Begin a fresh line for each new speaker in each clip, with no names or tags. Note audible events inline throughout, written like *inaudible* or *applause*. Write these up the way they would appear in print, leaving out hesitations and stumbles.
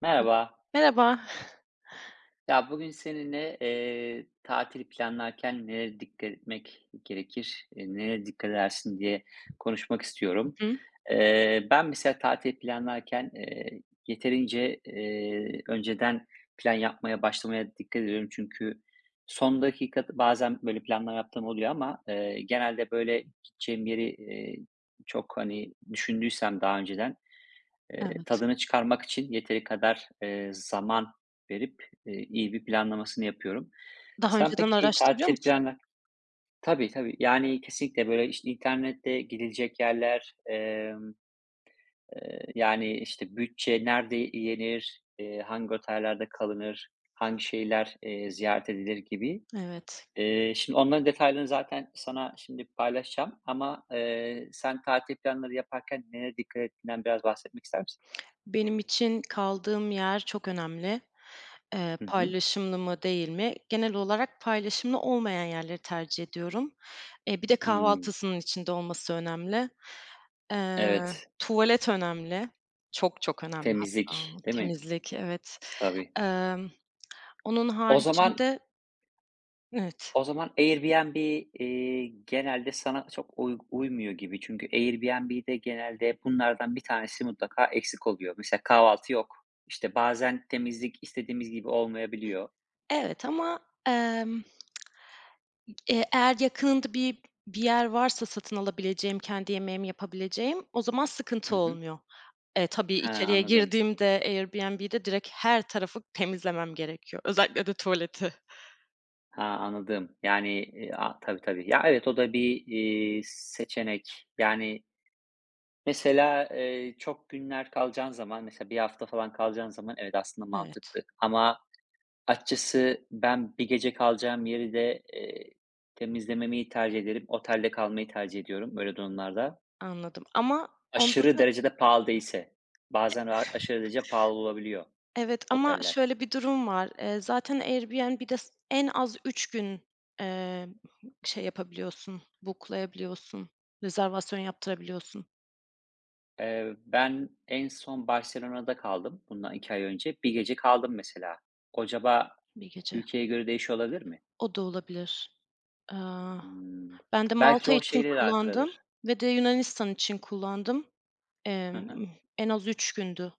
Merhaba.
Merhaba.
Ya bugün seninle tatil planlarken nelere dikkat etmek gerekir, nelere dikkat edersin diye konuşmak istiyorum.
Hı hı.
Ben mesela tatil planlarken yeterince önceden plan yapmaya başlamaya dikkat ediyorum. Çünkü son dakika bazen böyle planlar yaptığım oluyor ama genelde böyle gideceğim yeri çok hani düşündüysem daha önceden,
Evet.
tadını çıkarmak için yeteri kadar, zaman verip, iyi bir planlamasını yapıyorum.
Daha
Sen
önceden
peki
araştırıyor
tatil
musun?
planla Tabii, tabii. Yani kesinlikle böyle, işte, internette gidilecek yerler, yani, işte, bütçe nerede yenir, hangi otellerde kalınır, hangi şehirler, ziyaret edilir gibi.
Evet.
Şimdi onların detaylarını zaten sana şimdi paylaşacağım ama, sen tatil planları yaparken nelere dikkat ettiğinden biraz bahsetmek ister misin?
Benim için kaldığım yer çok önemli.
Hı hı.
Paylaşımlı mı değil mi? Genel olarak paylaşımlı olmayan yerleri tercih ediyorum. Bir de
Hıı.
kahvaltısının içinde olması önemli.
Evet,
Tuvalet önemli. Çok çok önemli hatta.
temizlik, değil mi?
Temizlik, evet.
Tabii.
Emm, onun
O zaman
haricinde evet.
o zaman Airbnb, genelde sana çok uymuyor gibi. Çünkü Airbnb'de genelde bunlardan bir tanesi mutlaka eksik oluyor. Mesela kahvaltı yok. İşte, bazen temizlik istediğimiz gibi olmayabiliyor.
Evet ama eğer yakınında bir yer varsa satın alabileceğim, kendi yemeğimi yapabileceğim, o zaman
Hı
sıkıntı
hı.
olmuyor. Tabii
Ha,
içeriye
anladım.
girdiğimde Airbnb'de direkt her tarafı temizlemem gerekiyor. Özellikle de tuvaleti.
Ha, anladım. Yani, tabii, tabii. Ya, evet, o da bir, seçenek. Yani, mesela, çok günler kalacağın zaman, mesela bir hafta falan kalacağın zaman evet, aslında
Evet,
mantıklı ama Açıkçası ben bir gece kalacağım yeri de, temizlememeyi tercih ederim. Otelde kalmayı tercih ediyorum böyle durumlarda.
anladım ama onda
Aşırı
da
derecede pahalı değilse. Bazen aşırı derece pahalı olabiliyor
evet ama
oteller.
şöyle bir durum var. Zaten Airbnb'de s en az 3 gün, eee, şey yapabiliyorsun, book'layabiliyorsun, rezervasyon yaptırabiliyorsun
Ben en son Barcelona'da kaldım bundan 2 ay önce. Bir gece kaldım mesela. Acaba
bir gece.
ülkeye göre değişiyor olabilir mi?
O da olabilir. Aaa,
Hımm.
ben de
Belki
Malta
o
için
şeyle de
kullandım
alakalıdır.
ve de Yunanistan için kullandım.
Hı hı.
Emm, En az 3 gündü.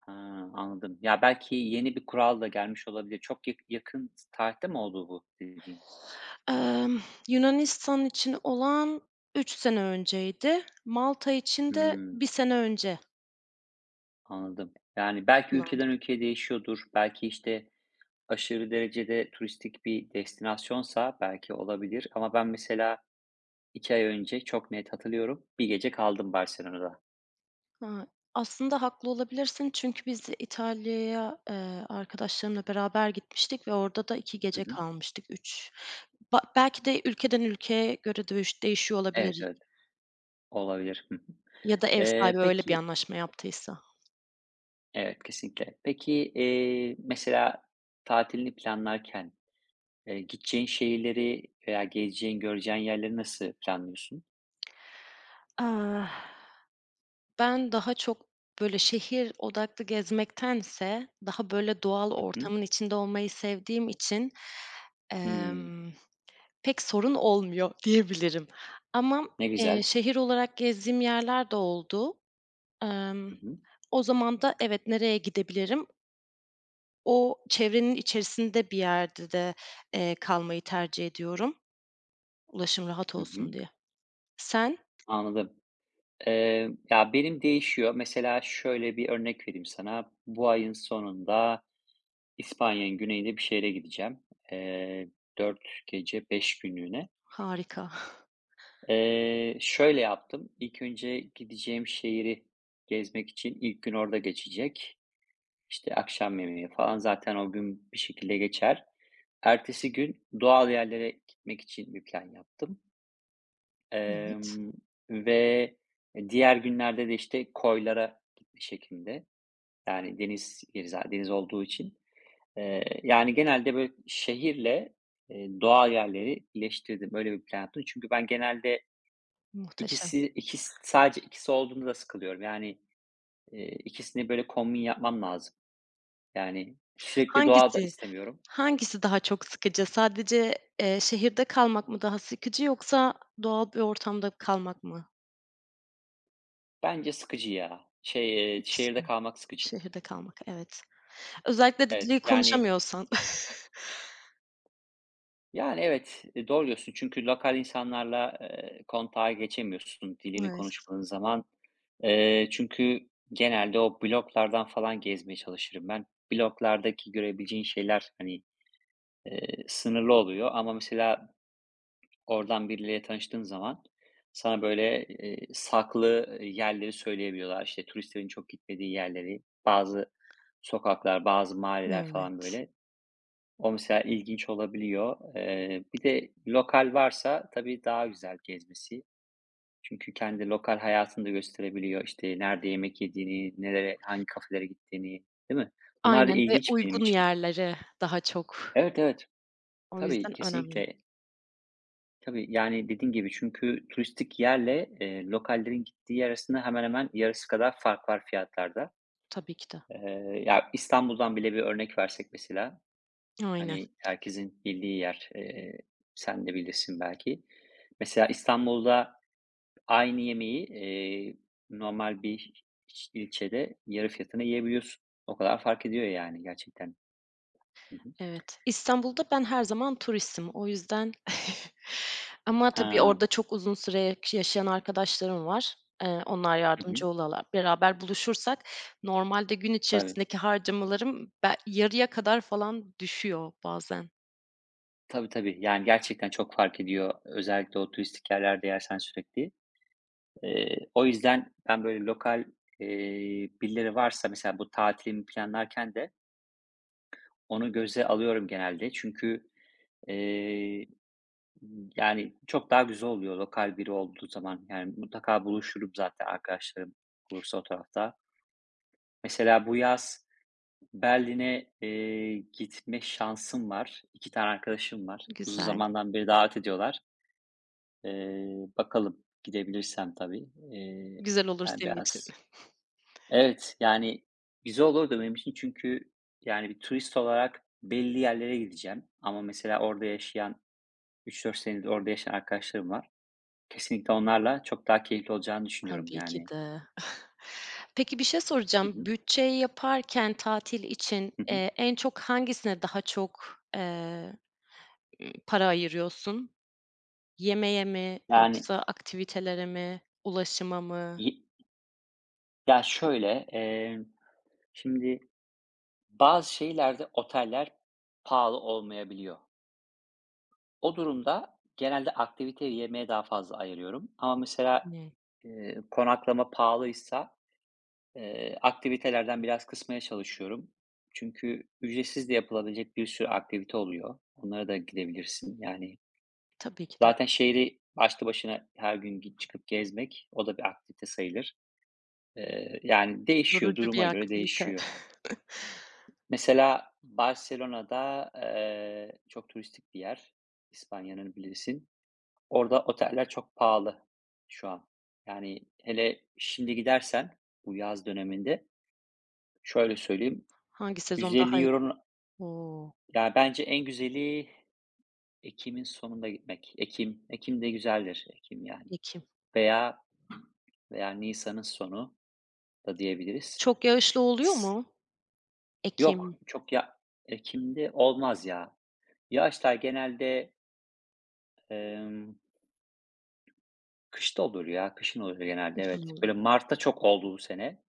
Ha, anladım. Ya, belki yeni bir kural da gelmiş olabilir. Çok yakın tarihte mi oldu bu dediğin?
Emm, Yunanistan için olan 3 sene önceydi. Malta için de
Hımm,
bir sene önce
anladım. Yani, belki ülkeden
kullandık.
ülkeye değişiyordur. Belki, işte, aşırı derecede turistik bir destinasyonsa belki olabilir ama ben mesela 2 ay önce çok net hatırlıyorum, bir gece kaldım Barcelona'da.
Ha, aslında haklı olabilirsin çünkü biz İtalya'ya, arkadaşlarımla beraber gitmiştik ve orada da 2
Hı
gece
hı.
kalmıştık, 3. Ba belki de ülkeden ülkeye göre de değiş değişiyor
Evet,
olabilir
evet, olabilir. Hı hı.
ya da ev sahibi
Eee,
öyle bir
peki
anlaşma yaptıysa.
Evet, kesinlikle. Peki, mesela tatilini planlarken, gideceğin şehirleri veya gezeceğin, göreceğin yerleri nasıl planlıyorsun?
Ah, ben daha çok, böyle, şehir odaklı gezmektense daha, böyle, doğal
Hı hı.
ortamın içinde olmayı sevdiğim için,
Hımm,
emm, pek sorun olmuyor *laughs* diyebilirim. Ama,
ne güzel.
şehir olarak gezdiğim yerler de oldu. Emm,
Hı hı.
O zaman da evet, nereye gidebilirim? O çevrenin içerisinde bir yerde de, kalmayı tercih ediyorum ulaşım rahat
Hı hı.
olsun diye. Sen?
Anladım. Ya, benim değişiyor. Mesela şöyle bir örnek vereyim sana. Bu ayın sonunda İspanya'nın güneyinde bir şehre gideceğim. Eee, 4 gece 5 günlüğüne.
Harika.
Şöyle yaptım. İlk önce gideceğim şehri gezmek için ilk gün orada geçecek. İşte akşam yemeği falan zaten o gün bir şekilde geçer. Ertesi gün doğal yerlere gitmek için bir plan yaptım.
Evet,
Emm, ve diğer günlerde de işte koylara gitme şeklinde. Yani deniz yeri deniz olduğu için. Yani genelde böyle şehirle, doğa yerleri birleştirdim. Öyle bir plan yaptım. Çünkü ben genelde
muhteşem.
ikisi ikis sadece ikisi olduğunda da sıkılıyorum. Yani, ikisini böyle kombin yapmam lazım. Yani sürekli doğa da
Hangisi
istemiyorum.
hangisi daha çok sıkıcı? Sadece, şehirde kalmak mı daha sıkıcı yoksa doğal bir ortamda kalmak mı?
Bence sıkıcı ya.
İkisi de.
Şehirde kalmak sıkıcı.
Şehirde kalmak, evet. Özellikle de
Evet,
dili
yani
konuşamıyorsan.
Yani, evet, doğru diyorsun çünkü lokal insanlarla, kontağa geçemiyorsun dilini
Evet,
konuşmadığın zaman. Çünkü genelde o bloklardan falan gezmeye çalışırım ben. Bloklardaki görebileceğin şeyler, hani, sınırlı oluyor ama mesela oradan birileriyle tanıştığın zaman sana, böyle, saklı, yerleri söyleyebiliyorlar. İşte, turistlerin çok gitmediği yerleri, bazı sokaklar, bazı mahalleler falan,
evet.
böyle. O mesela ilginç olabiliyor. Bir de lokal varsa tabii daha güzel gezmesi. Çünkü kendi lokal hayatını da gösterebiliyor. İşte, nerede yemek yediğini, nereye hangi kafelere gittiğini, değil mi? Bunlar da
Aynen ve
ilginç benim
uygun
için.
yerleri daha çok.
Evet, evet.
O
Tabii,
yüzden önemli.
kesinlikle. Tabii, yani, dediğin gibi çünkü turistik yerle, lokallerin gittiği yer arasında hemen hemen yarısı kadar fark var fiyatlarda.
Tabii ki de.
Ya, İstanbul'dan bile bir örnek versek mesela,
Aynen.
hani, herkesin bildiği yer. Sen de bilirsin belki. Mesela İstanbul'da aynı yemeği, normal bir ilçede yarı fiyatına yiyebiliyorsun. O kadar fark ediyor yani gerçekten. Hı hı.
Evet. İstanbul'da ben her zaman turistim. O yüzden *laughs* ama tabii
Ha.
orada çok uzun süre yaşayan arkadaşlarım var. Onlar
Hı hı.
yardımcı olalar. Beraber buluşursak normalde gün
Tabii.
içerisindeki harcamalarım be yarıya kadar falan düşüyor bazen.
Tabii, tabii. Yani gerçekten çok fark ediyor. Özellikle o turistik yerlerde yersen sürekli. O yüzden ben böyle lokal, birileri varsa mesela bu tatilimi planlarken de onu göze alıyorum genelde çünkü, eee, yani, çok daha güzel oluyor lokal biri olduğu zaman. Yani, mutlaka buluşurum zaten arkadaşlarım olursa o tarafta. Mesela bu yaz Berlin'e, gitme şansım var. 2 tane arkadaşım var. Uzun
Güzel.
zamandan beri davet ediyorlar. Bakalım gidebilirsem tabii. Eee,
Güzel olur
yani,
senin için.
biraz
*laughs*
Evet, yani güzel olurdu benim için çünkü yani bir turist olarak belli yerlere gideceğim ama mesela orada yaşayan 3-4 senedir orada yaşayan arkadaşlarım var. Kesinlikle onlarla çok daha keyifli olacağını düşünüyorum
Tabii ki
yani.
de. *laughs* Peki bir şey
Hı
soracağım.
hı.
Bütçeyi yaparken tatil için,
Hı hı.
en çok hangisine daha çok, para ayırıyorsun? Yemeğe mi
Yani
yoksa aktivitelere mi, ulaşıma mı?
y ya, şöyle, şimdi bazı şeylerde oteller pahalı olmayabiliyor. O durumda genelde aktiviteye, yemeğe daha fazla ayırıyorum ama mesela,
Hımm.
konaklama pahalıysa, aktivitelerden biraz kısmaya çalışıyorum. Çünkü ücretsiz de yapılabilecek bir sürü aktivite oluyor. Onlara da gidebilirsin. Yani
Tabii ki de.
zaten şehri başlı başına her gün çıkıp gezmek o da bir aktivite sayılır. Yani değişiyor,
Yorucu bir
duruma göre
aktivite.
değişiyor.
*laughs*
Mesela Barcelona'da çok turistik bir yer. İspanya'nın bilirsin. Orada oteller çok pahalı şu an. Yani hele şimdi gidersen bu yaz döneminde şöyle söyleyeyim
Hangi sezon daha
150
iyi?
euro
O!
Ya, bence en güzeli ekim'in sonunda gitmek. Ekim de güzeldir. Ekim, yani,
Ekim.
veya veya nisanın sonu da diyebiliriz.
Çok yağışlı oluyor
S-
mu?
Yok,
Ekim,
çok ekim'de olmaz ya. Yağışlar genelde, emm, kışta olur ya, kışın olur genelde,
kışın
evet. Böyle
oluyor.
mart'ta çok oldu bu sene.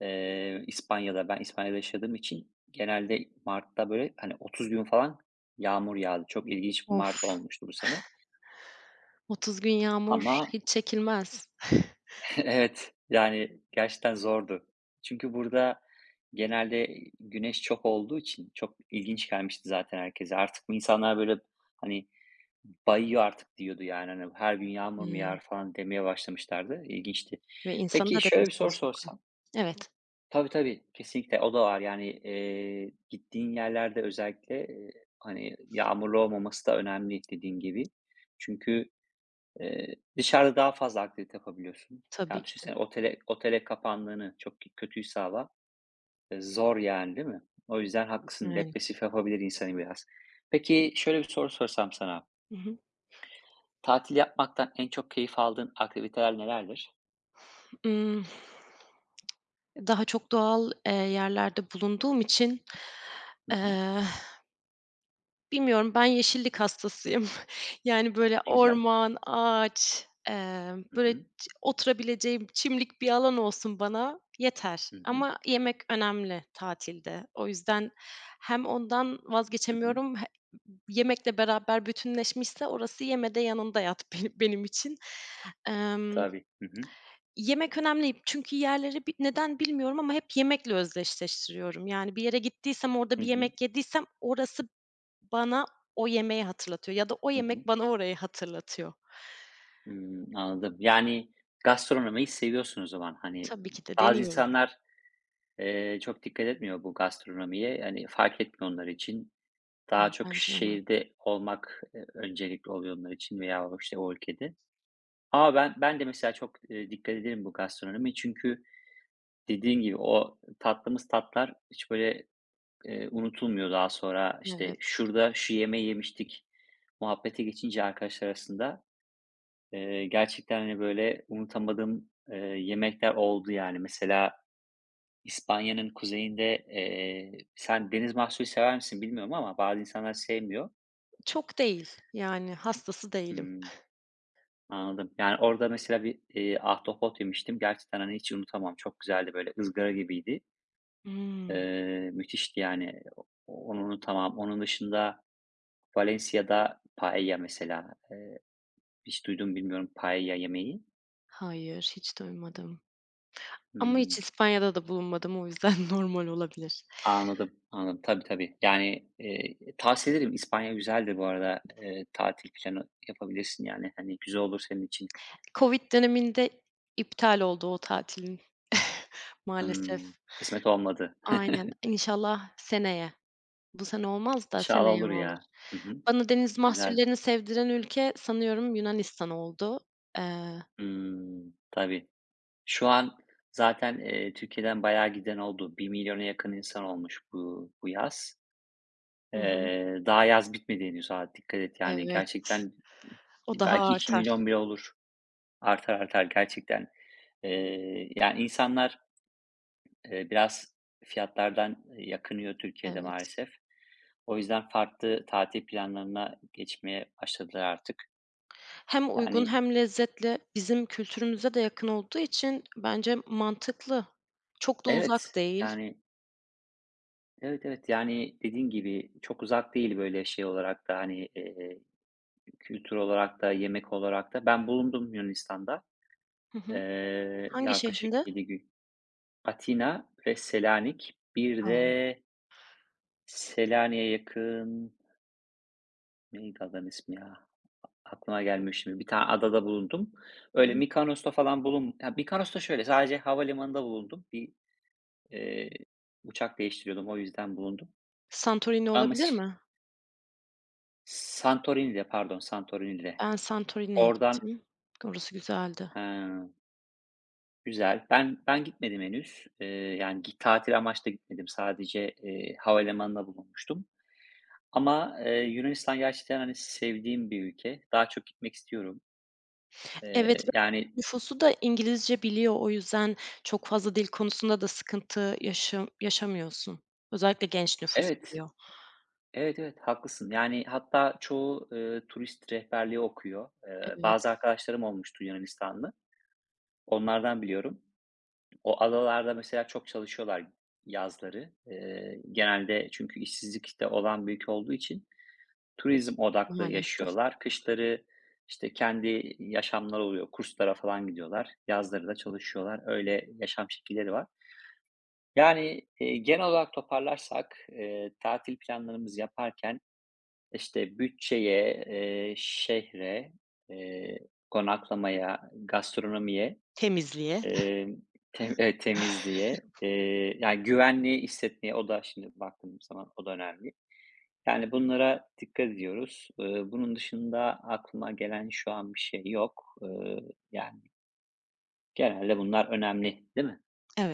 İspanya'da, ben İspanya'da yaşadığım için genelde mart'ta böyle, hani, 30 gün falan yağmur yağdı. Çok ilginç bir
Of!
mart olmuştu bu sene
30 gün yağmur
ama
hiç çekilmez. *laughs*
evet, yani gerçekten zordu. Çünkü burada genelde güneş çok olduğu için çok ilginç gelmişti zaten herkese. Artık insanlar böyle hani bayıyor artık diyordu yani. Hani her gün yağmur mu
Hımm.
yağar falan demeye başlamışlardı. İlginçti.
Ve insanı
Peki
da
şöyle bir
depresyona
soru
sokuyor.
sorsam.
Evet,
Tabii tabii kesinlikle o da var. Yani gittiğin yerlerde özellikle hani yağmurlu olmaması da önemli dediğin gibi. Çünkü dışarıda daha fazla aktivite yapabiliyorsun. Ya,
tabii ki de.
düşünsene otele kapandığını, çok kötüyse hava, zor yani, değil mi? O yüzden haklısın,
Yani.
depresif yapabilir insanı biraz. Peki, şöyle bir soru sorsam sana,
Hı hı.
tatil yapmaktan en çok keyif aldığın aktiviteler nelerdir?
Imm, daha çok doğal, yerlerde bulunduğum için,
Hı hı.
eee, bilmiyorum, ben yeşillik hastasıyım. *laughs* Yani, böyle,
Ne güzel.
orman, ağaç,
Hı
böyle,
hı.
ç oturabileceğim çimlik bir alan olsun bana yeter
Hı hı.
ama yemek önemli tatilde. O yüzden hem ondan
Hı hı.
vazgeçemiyorum he yemekle beraber bütünleşmişse orası yemede yanında yat *laughs* beni benim için. Emm,
Tabii. Hı hı.
Yemek önemli çünkü yerleri bi neden bilmiyorum ama hep yemekle özdeşleştiriyorum. Yani, bir yere gittiysem, orada
Hı
bir
hı.
yemek yediysem orası bana o yemeği hatırlatıyor ya da o
Hı hı.
yemek bana orayı hatırlatıyor.
Hımm, anladım. Yani, gastronomiyi seviyorsun o zaman. Hani,
Tabii ki de
bazı
deniyorum.
insanlar, çok dikkat etmiyor bu gastronomiye. Hani, fark etmiyor onlar için.
Hıı,
Daha çok
bence önemli.
şehirde olmak, öncelikli oluyor onlar için veya o, işte, o ülkede. Ama ben de mesela çok, dikkat ederim bu gastronomiye çünkü dediğin gibi o tatlar hiç böyle, unutulmuyor daha sonra. İşte,
Evet.
şurada şu yemeği yemiştik muhabbete geçince arkadaşlar arasında, gerçekten, hani, böyle unutamadığım, yemekler oldu yani. Mesela İspanya'nın kuzeyinde, sen deniz mahsulü sever misin bilmiyorum ama bazı insanlar sevmiyor.
Çok değil, yani hastası değilim.
Imm Anladım. Yani, orada mesela bir, ahtapot yemiştim. Gerçekten, hani, hiç unutamam. Çok güzeldi, böyle, ızgara gibiydi.
Hımm.
Müthişti, yani. Onu unutamam. Onun dışında Valencia'da paella mesela. Hiç duydum mu bilmiyorum paella yemeği.
Hayır, hiç duymadım. Ama hiç
Hımm.
İspanya'da da bulunmadım o yüzden *laughs* normal olabilir.
Anladım, anladım. Tabii, tabii. Yani, tavsiye ederim. İspanya güzeldir bu arada. Tatil planı yapabilirsin, yani. Hani, güzel olur senin için.
Covid döneminde iptal oldu o tatilin *laughs* maalesef.
Hımm. Kısmet olmadı.
Aynen.
*laughs*
İnşallah seneye. Bu sene olmaz da
İnşallah
seneye
olur
olur.
ya. Hı hı.
Bana deniz
Güzel.
mahsullerini sevdiren ülke sanıyorum Yunanistan oldu. Eee,
Hımm. Tabii. Şu an zaten, Türkiye'den bayağı giden oldu. 1 milyona yakın insan olmuş bu yaz.
hı hı.
Daha yaz bitmedi henüz ha, dikkat et yani
Evet.
gerçekten
O daha
belki iki
artar.
milyon bile olur. Artar artar gerçekten. Yani insanlar, biraz fiyatlardan yakınıyor Türkiye'de
Evet.
maalesef. O yüzden farklı tatil planlarına geçmeye başladılar artık.
Hem uygun
Yani
hem lezzetli. Bizim kültürümüze de yakın olduğu için bence mantıklı. Çok da uzak
evet,
değil.
yani Evet, evet. Yani, dediğin gibi çok uzak değil böyle şey olarak da, hani, kültür olarak da yemek olarak da. Ben bulundum Yunanistan'da.
Hı hı. Hangi şehrinde?
Yaklaşık 7 gün. Atina ve Selanik. Bir
A!
de Selanik'e yakın neydi adanın ismi ya? Aklıma gelmiyor şimdi. Bir tane adada bulundum.
Hı
Öyle
hı.
Mikonos'ta falan bulun ya, Mikonos'ta şöyle, sadece havalimanında bulundum. Bir, eee, uçak değiştiriyordum, o yüzden bulundum.
Santorini
Ama
olabilir
ş
mi?
Santorini'de, pardon, Santorini'de.
Ben Santorini'ye
Oradan
gittim. Orası güzeldi.
He, güzel. Ben gitmedim henüz. Yani tatil amaçlı gitmedim. Sadece, havalimanında bulunmuştum ama, Yunanistan gerçekten, hani, sevdiğim bir ülke. Daha çok gitmek istiyorum.
Evet
Eee,
ve
yani
nüfusu da İngilizce biliyor. O yüzden çok fazla dil konusunda da sıkıntı yaşamıyorsun. Özellikle genç nüfus
Evet,
biliyor.
evet, haklısın. Yani hatta çoğu, turist rehberliği okuyor. Bazı
Evet,
arkadaşlarım olmuştu Yunanistanlı. Onlardan biliyorum. O adalarda mesela çok çalışıyorlar yazları. Genelde çünkü işsizlik de olan bir ülke olduğu için turizm odaklı
maalesef.
yaşıyorlar. Kışları, işte, kendi yaşamları oluyor, kurslara falan gidiyorlar. Yazları da çalışıyorlar. Öyle yaşam şekilleri var. Yani, genel olarak toparlarsak, tatil planlarımızı yaparken, işte, bütçeye, şehre, eee, konaklamaya, gastronomiye,
Temizliğe.
emm, temizliğe, yani, güvenliği hissetmeye, o da şimdi baktığım zaman o da önemli. Yani, bunlara dikkat ediyoruz. Bunun dışında aklıma gelen şu an bir şey yok. Yani, genelde bunlar önemli, değil mi?